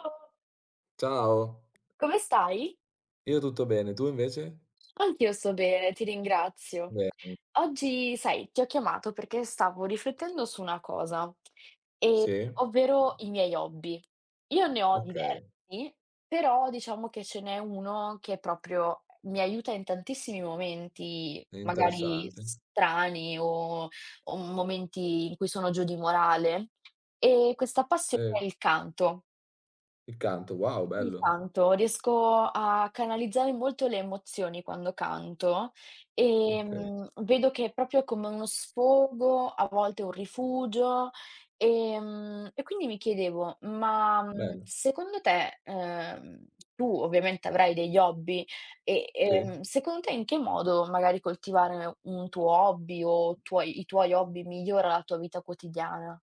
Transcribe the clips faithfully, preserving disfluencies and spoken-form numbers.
Ciao, Ciao, come stai? io tutto bene, tu invece? Anch'io sto bene, ti ringrazio. Bene, Oggi, sai, ti ho chiamato perché stavo riflettendo su una cosa, e sì? ovvero i miei hobby. Io ne ho Okay, diversi, però diciamo che ce n'è uno che proprio mi aiuta in tantissimi momenti, è magari interessante. strani o, o momenti in cui sono giù di morale. E questa passione Eh, è il canto. il canto, wow, Il bello. canto, riesco a canalizzare molto le emozioni quando canto. Okay, ehm, Vedo che è proprio come uno sfogo, a volte un rifugio. Ehm, e quindi mi chiedevo: ma, mhmm, bello, secondo te, ehm, tu ovviamente avrai degli hobby e, sì. ehm, secondo te in che modo magari coltivare un tuo hobby o tuoi i tuoi hobby migliora la tua vita quotidiana?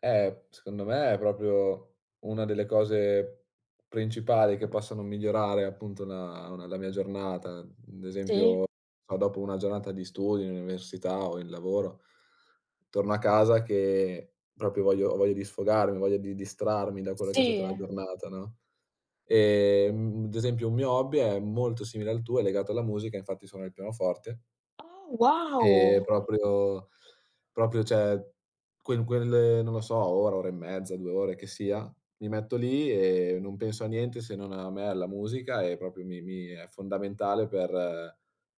Eh, secondo me è proprio una delle cose principali che possono migliorare appunto una una la mia giornata. Ad Sì, esempio, so, dopo una giornata di studi in università o in lavoro, torno a casa che proprio voglio ho voglia di sfogarmi, ho voglia di distrarmi da quella che è stata la sì. giornata, no? Ehm, ad esempio un mio hobby è molto simile al tuo, è legato alla musica, infatti suono il pianoforte Oh e wow! proprio proprio cioè quel quelle non lo so, ora, ora e mezza, due ore che sia, mi metto lì e non penso a niente se non a me e alla musica e proprio mi mi è fondamentale per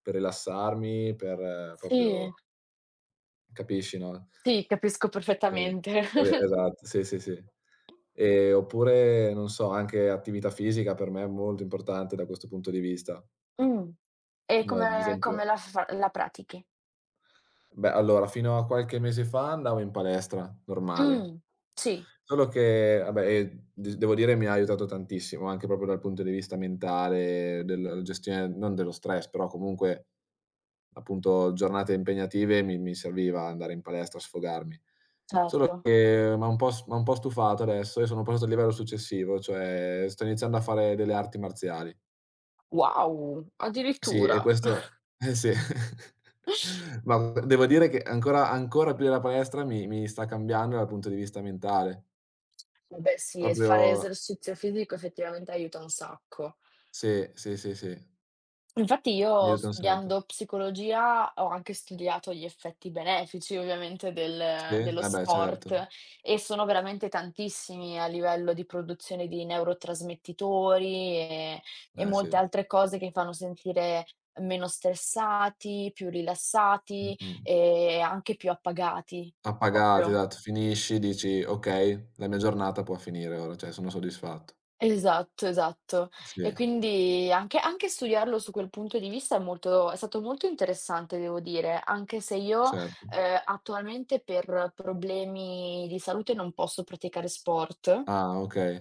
per rilassarmi, per proprio Sì. capisci, no, Sì, capisco sì, e perfettamente. esatto, sì, sì, sì. Ehm, oppure non so, anche attività fisica per me è molto importante da questo punto di vista. Mh. E Mhmm, ad come esempio come la fa la pratichi? beh, allora fino a qualche mese fa andavo in palestra, normale. Mh. Sì, Solo che vabbè, ehm, de devo dire mi ha aiutato tantissimo, anche proprio dal punto di vista mentale, del gestione non dello stress, però comunque appunto giornate impegnative mi mi serviva andare in palestra a sfogarmi. Solo certo. che m'ha un po' s m'ha un po' stufato adesso e sono passato al livello successivo, cioè sto iniziando a fare delle arti marziali. Wow, Sì, e addirittura. questo eh sì. Ma devo dire che ancora ancora più della palestra mi mi sta cambiando dal punto di vista mentale. Vabbè sì, e fare Proprio esercizio fisico effettivamente aiuta un sacco. sì, sì, sì, sì, Infatti mi io aiuta un sacco. studiando psicologia ho anche studiato gli effetti benefici ovviamente Sì? del dello Eh beh, certo. sport e sono veramente tantissimi a livello di produzione di neurotrasmettitori e e Eh molte sì. altre cose che fanno sentire meno stressati, più rilassati Mh-mh. e anche più appagati Appagati, proprio. esatto. Finisci, dici: "Okay, la mia giornata può finire ora, cioè sono soddisfatto." Esatto, esatto. E Sì, quindi anche anche studiarlo su quel punto di vista è molto è stato molto interessante devo dire, anche se io, certo. ehm, attualmente per problemi di salute non posso praticare sport. Ah, okay.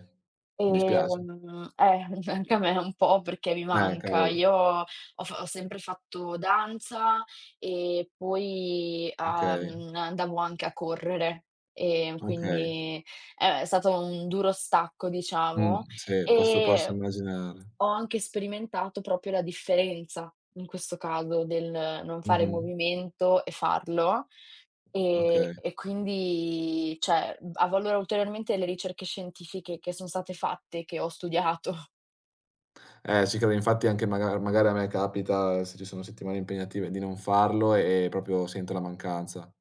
Mi dispiace. Ehm, eh, Anche a me un po' perché mi Eh, manca. cavolo. Io ho fa ho sempre fatto danza e poi, Okay, uhm, andavo anche a correre, ehm, okay. quindi eh, è stato un duro stacco, diciamo, Mh, sì, posso posso e immaginare. ho anche sperimentato proprio la differenza, in questo caso, del non fare Mh-mh. movimento e farlo. Ehm, Okay. E quindi cioè, mhmm, avvalora ulteriormente le ricerche scientifiche che son state fatte, che ho studiato. Eh, ci credo, infatti anche maga magari a me capita, se ci sono settimane impegnative, di non farlo e proprio sento la mancanza.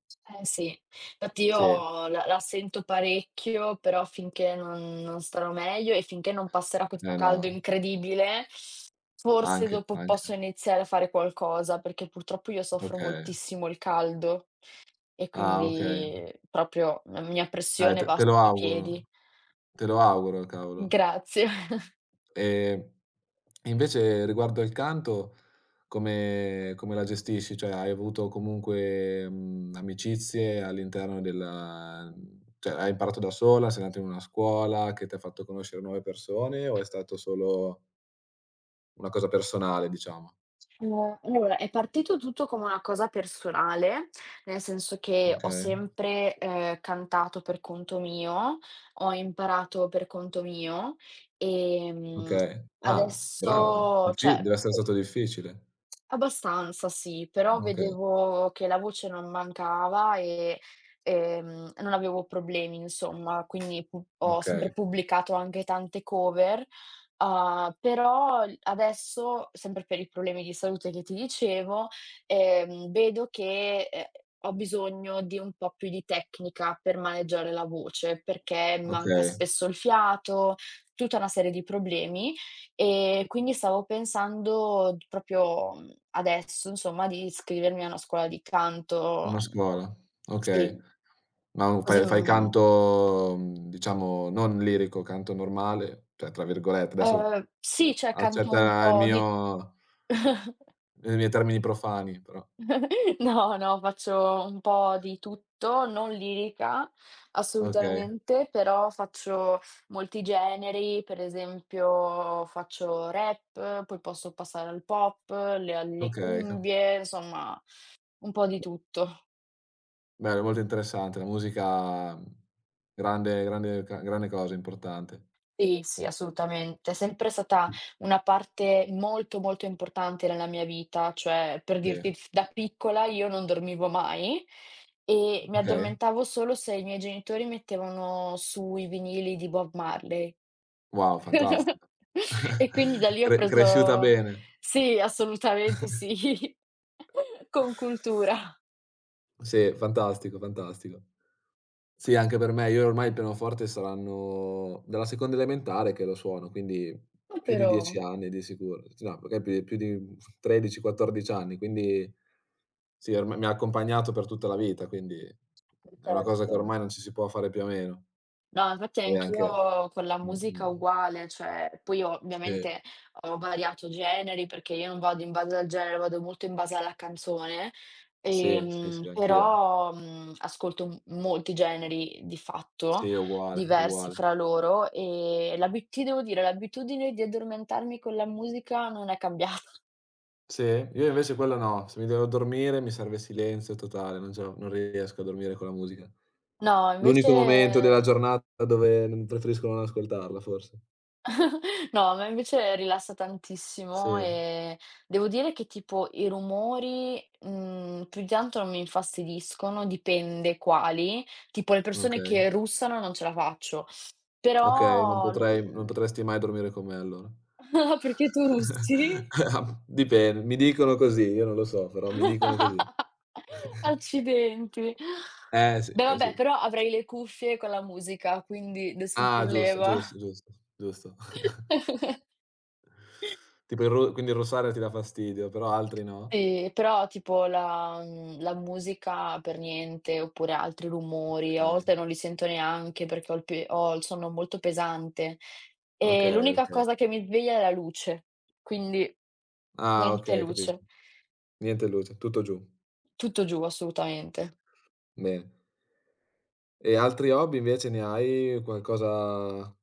Eh sì, infatti Sì, io la la sento parecchio, però finché non non starò meglio e finché non passerà questo eh caldo no, incredibile, forse anche, dopo anche. posso iniziare a fare qualcosa, perché purtroppo io soffro Okay. moltissimo il caldo e Ah, okay. quindi proprio la mia Eh, pressione te va te lo sotto i auguro, piedi. te lo auguro, cavolo. Grazie. Ehm, e invece riguardo al canto come come la gestisci? Cioè hai avuto comunque, mhmm, amicizie all'interno della cioè hai imparato da sola, sei andata in una scuola che ti ha fatto conoscere nuove persone o è stato solo una cosa personale diciamo? Ehm, allora è partito tutto come una cosa personale, nel senso che ho Okay, sempre, ehm, cantato per conto mio, ho imparato per conto mio, ehm, okay. Ah brava, adesso diffi cioè. deve essere stato difficile. Abbastanza sì, però Okay, vedevo che la voce non mancava e, ehm, non avevo problemi insomma, quindi pu ho okay, sempre pubblicato anche tante cover, uhm, però l adesso, sempre per i problemi di salute che ti dicevo, ehm, vedo che, ehm, ho bisogno di un po' più di tecnica per maneggiare la voce, perché manca okay. spesso il fiato, tutta una serie di problemi e quindi stavo pensando d proprio, mhmm, adesso insomma di iscrivermi a una scuola di Una canto. O scuola, okay. sì, Ma u così, fai fai mhmm canto, mhmm, diciamo non lirico, canto normale, cioè tra virgolette, adesso ehm, sì, cioè canto un accetta il po' di mio i miei termini profani però. no, no, faccio un po' di tutto, non lirica Okay, assolutamente, però faccio molti generi, per esempio faccio rap, poi posso passare al pop, le alle okay, ca cumbie, insomma un po' di tutto. bello, molto interessante. La musica, mhmm, grande grande ca grande cosa, importante. Sì, sì, assolutamente. È sempre stata Mh, una parte molto, molto importante nella mia vita, cioè per Sì, dirti, f da piccola io non dormivo mai e mi okay. addormentavo solo se i miei genitori mettevano su i vinili di Bob Marley. Wow, fantastico. E quindi da lì ho Cre cresciuta preso bene. sì, assolutamente sì, con cultura, Sì, fantastico, fantastico. Sì, anche per me. Io ormai il pianoforte saranno dalla seconda elementare che lo suono, quindi più di però, dieci anni di sicuro. No, perché più più di tredici, quattordici anni, quindi sì, orma mi ha accompagnato per tutta la vita, quindi per è una cosa che certo. ormai non ci si può fare più a meno. No, infatti Poi anche anch'io con la musica mh-mh. uguale, cioè poi ho Sì, ovviamente ho variato generi, perché io non vado in base al genere, vado molto in base alla canzone, sì, sì, ehm, sì, anch'io. però, mhmm, ascolto m molti generi di fatto, Sì, uguale, diversi uguale. fra loro, e l'abit ti devo dire, l'abitudine di addormentarmi con la musica non è cambiata. Sì? Io invece quello no, se mi devo dormire mi serve silenzio totale, non ce la non riesco a dormire con la musica. No, L'unico momento della invece giornata dove non preferisco non ascoltarla forse. No, a me invece rilassa tantissimo Sì, e devo dire che tipo i rumori, mhmm, più di tanto non mi infastidiscono, dipende quali, tipo le persone okay, che russano non ce la faccio, okay, non però l potrei non l potresti mai dormire con me allora. Ah, perché tu russi? Ah, dipende, mi dicono così, io non lo so, però mi dicono così. Accidenti. Eh sì, Beh, eh vabbè, sì. però avrei le cuffie con la musica, quindi nessun Ah giusto, problema. giusto, giusto, giusto. Tipo il ru quindi il russare ti dà fastidio, però altri no? Sì, però tipo la mhmm, la musica per niente, oppure altri rumori, a Okay, volte non li sento neanche perché ho il pe ho il sonno molto pesante, e okay, l'unica okay. cosa che mi sveglia è la luce, quindi Ah, niente okay, capisco. luce. Niente luce, tutto giù. Tutto giù assolutamente. Bene. E altri hobby invece ne hai? Qualcosa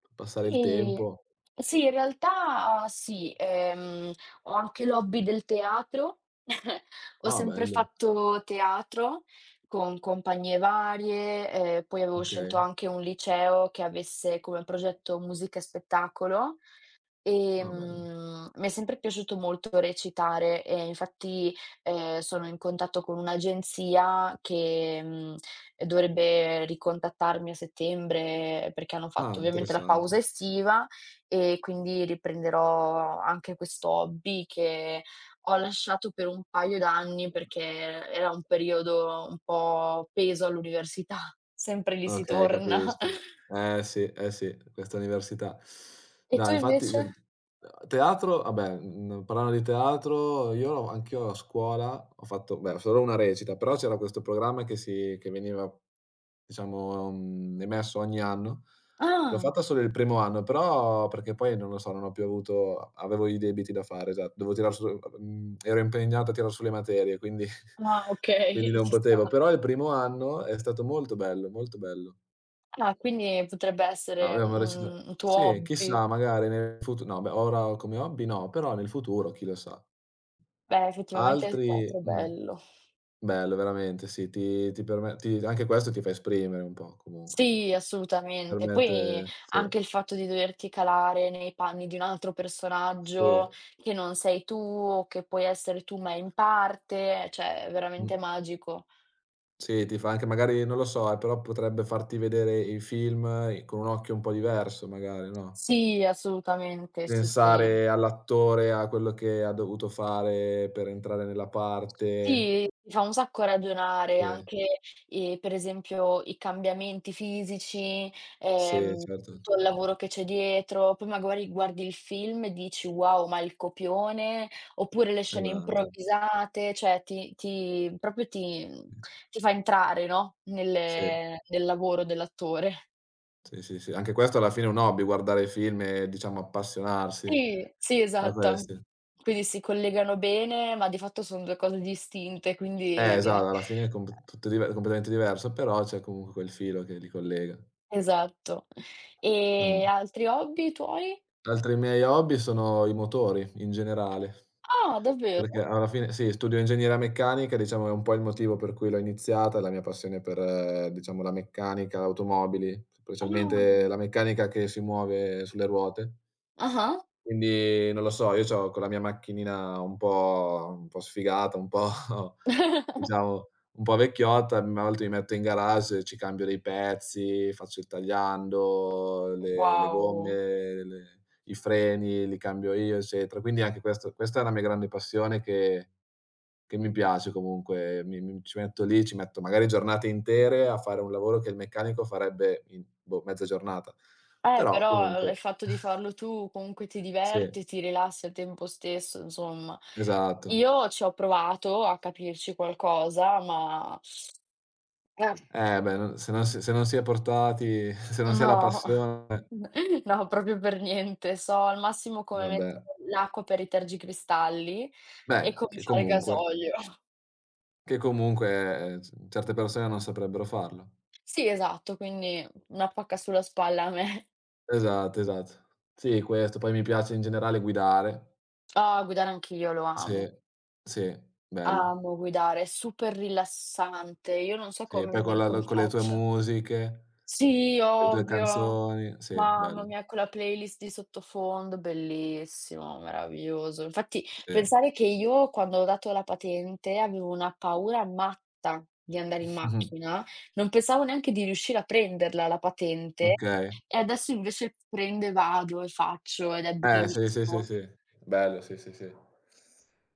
per passare il Sì, tempo? sì, in realtà sì, ehm, ho anche l'hobby del teatro. Ho Ah, sempre bello. fatto teatro con compagnie varie, ehm, poi avevo Okay. scelto anche un liceo che avesse come progetto musica e spettacolo. Ah, bello. Ehm, mi è sempre piaciuto molto recitare e infatti, ehm, sono in contatto con un'agenzia che, mhmm, dovrebbe ricontattarmi a settembre perché hanno Ah, fatto ovviamente la pausa interessante. estiva e quindi riprenderò anche questo hobby che ho lasciato per un paio d'anni perché era un periodo un po' peso all'università, sempre lì si Okay, torna. capisco. Eh sì, eh sì, questa università. E tu No, infatti invece? del uhm, teatro vabbè, mhmm, parlando di teatro, io anch'io a scuola ho fatto beh, solo una recita, però c'era questo programma che si che veniva diciamo, mhmm, emerso ogni anno. L'ho Ah, fatta solo il primo anno, però perché poi non lo so, non ho più avuto avevo i debiti da fare, esatto. Dovevo tirar su mhmm, ero impegnato a tirar su le materie, quindi ah okay, quindi non ci sta. potevo. Però il primo anno è stato molto bello, molto bello. Ah, quindi potrebbe essere Avevamo recita un un tuo sì, hobby. chissà magari nel futu no, beh, ora come hobby no, però nel futuro chi lo sa. Beh, effettivamente il Altri teatro è mh, bello. bello veramente sì, ti ti perme ti anche questo ti fa esprimere un po' comunque. Sì, assolutamente. Poi Permette sì. anche il fatto di doverti calare nei panni di un altro Sì, personaggio che non sei tu o che puoi essere tu ma in parte, cioè è mh, veramente magico. sì, ti fa anche magari non lo so, eh, però potrebbe farti vedere i film i con un occhio un po' diverso magari, no, Sì, assolutamente, sì, sì. pensare all'attore, a quello che ha dovuto fare per entrare nella parte. Sì, ti fa un sacco ragionare Sì, anche, ehm, per esempio i cambiamenti fisici, sì, ehm, certo, tutto il lavoro che c'è dietro, poi magari guardi il film e dici: "Wow, ma il copione", oppure le scene esatto. improvvisate, cioè ti ti proprio ti mhmm, Mh, ti fa entrare, no, sì, nel nel lavoro dell'attore. sì, sì, sì. Anche questo alla fine è un hobby, guardare film e diciamo appassionarsi Sì, sì, a esatto. questi. Quindi si collegano bene, ma di fatto son due cose distinte, Eh, quindi. esatto, alla fine è comp tutto dive completamente diverso, però c'è comunque quel filo che li collega. Esatto. Mh. E altri hobby tuoi? Altri miei hobby sono i motori, in generale, Ah, davvero? perché alla fine sì, studio ingegneria meccanica, diciamo è un po' il motivo per cui l'ho iniziata, la mia passione per, eh, diciamo, la meccanica, automobili, specialmente Ah. la meccanica che si muove sulle ruote. Ah-ah. Quindi non lo so, io c'ho con la mia macchinina un po' un po' sfigata, un po' diciamo un po' vecchiotta, m a volte mi metto in garage, ci cambio dei pezzi, faccio il tagliando, le le Wow. gomme, le i freni li cambio io, eccetera. Quindi anche questo questa è una mia grande passione che che mi piace comunque, mi mi ci metto lì, ci metto magari giornate intere a fare un lavoro che il meccanico farebbe in, boh, mezza giornata. Eh, Però però il comunque fatto di farlo tu comunque ti sì, diverti, ti rilassi al tempo stesso, insomma. esatto. Io ci ho provato a capirci qualcosa, ma eh, Eh beh, non se non si se non si è portati, se non si ha la no, passione, no, proprio per niente. So al massimo come mettere vabbè. l'acqua per i tergicristalli e Beh, come che fare comunque gasolio. che comunque, ehm, certe persone non saprebbero farlo. Sì, esatto, quindi una pacca sulla spalla a me. Esatto, esatto. Sì, questo. Poi mi piace in generale guidare. Ah, guidare anch'io lo amo. Sì, sì, bello. Amo guidare, è super rilassante. Io non so Sì, come poi con mi la come la con le tue faccio. musiche, Sì, le tue ovvio. canzoni. Sì, Mamma bello. mia, quella playlist di sottofondo, bellissimo, meraviglioso. Infatti, Sì. pensare che io quando ho dato la patente avevo una paura matta di andare in Mh-mh. macchina, non pensavo neanche di riuscire a prenderla la patente Okay. e adesso invece prendo e vado e faccio ed è Eh, sì, sì, sì, bellissimo. sì. Bello, sì, sì, sì.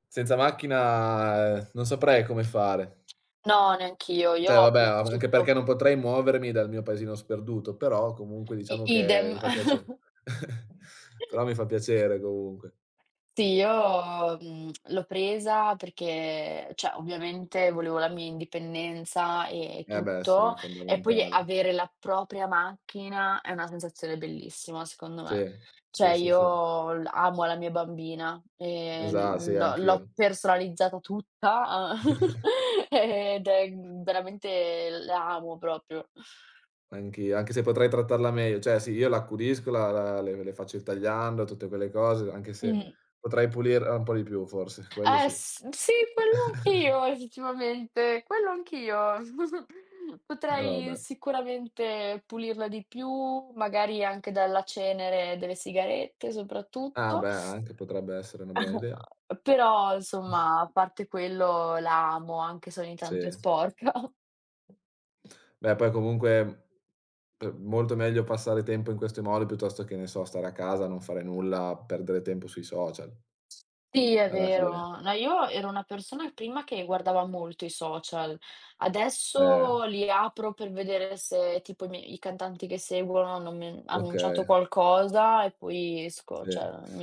Senza macchina, ehm, non saprei come fare. No, neanch'io, io Cioè ho vabbè, anche vissuto perché non potrei muovermi dal mio paesino sperduto, però comunque i diciamo idem. che mi fa piace però mi fa piacere comunque. Sì, io, mhmm, l'ho presa perché cioè, ovviamente volevo la mia indipendenza e Eh beh sì, tutto, è e poi fondamentale. avere la propria macchina è una sensazione bellissima, secondo me. Sì, Cioè, sì, sì, sì. io l amo la mia bambina, Esa sì, ehm, l'ho l'ho anch'io. personalizzata tutta, a ed è, mhmm, veramente la amo proprio. Anch'io, anche se potrei trattarla meglio. Cioè sì, io l'accudisco, la la le le faccio il tagliando, tutte quelle cose, anche se Mh. potrei pulirla un po' di più forse, quello Eh sì. s sì, quello anch'io effettivamente, quello anch'io. Però Potrei vabbè. sicuramente pulirla di più, magari anche dalla cenere delle sigarette Ah soprattutto, beh, anche potrebbe essere una buona idea. però insomma, a parte quello la amo, anche se ogni tanto è Sì. sporca. Beh, poi comunque, uhm, molto meglio passare tempo in questi modi piuttosto che, ne so, stare a casa, non fare nulla, perdere tempo sui social, Sì, è alla fine. vero. No, io ero una persona prima che guardava molto i social, Eh, adesso li apro per vedere se tipo i mie i cantanti che seguono hanno men okay, annunciato qualcosa e poi esco, sì. cioè mi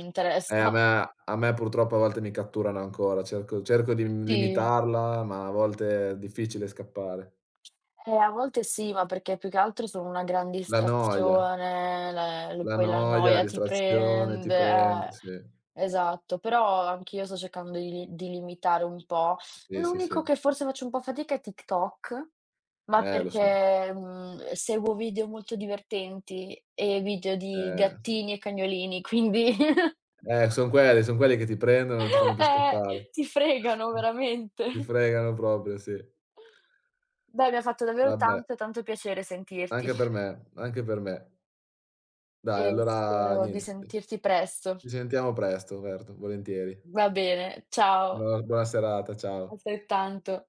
Eh, a interessa. me a me purtroppo a volte mi catturano ancora, cerco cerco di Sì. limitarla, ma a volte è difficile scappare. Eh, a volte sì, ma perché più che altro sono una gran La noia, distrazione, la l la poi la noia, la noia ti distrazione ti prende, prende, eh, sì. esatto. Però anch'io sto cercando di li di limitare un po'. Sì, sì, sì. L'unico che forse faccio un po' fatica è TikTok. Ma Eh, lo so. perché, mhmm, seguo video molto divertenti e video di Eh. gattini e cagnolini, quindi Eh, son quelli son quelli che ti prendono, non ti fanno più eh, scappare. ti fregano veramente. Ti fregano proprio, sì. Dai, mi ha fatto davvero Vabbè, tanto, tanto piacere sentirti anche per me, anche per me. Dai, e allora spero di niente, sentirti presto. ci sentiamo presto, certo, volentieri. Va bene, ciao, Buona buona serata, ciao. altrettanto.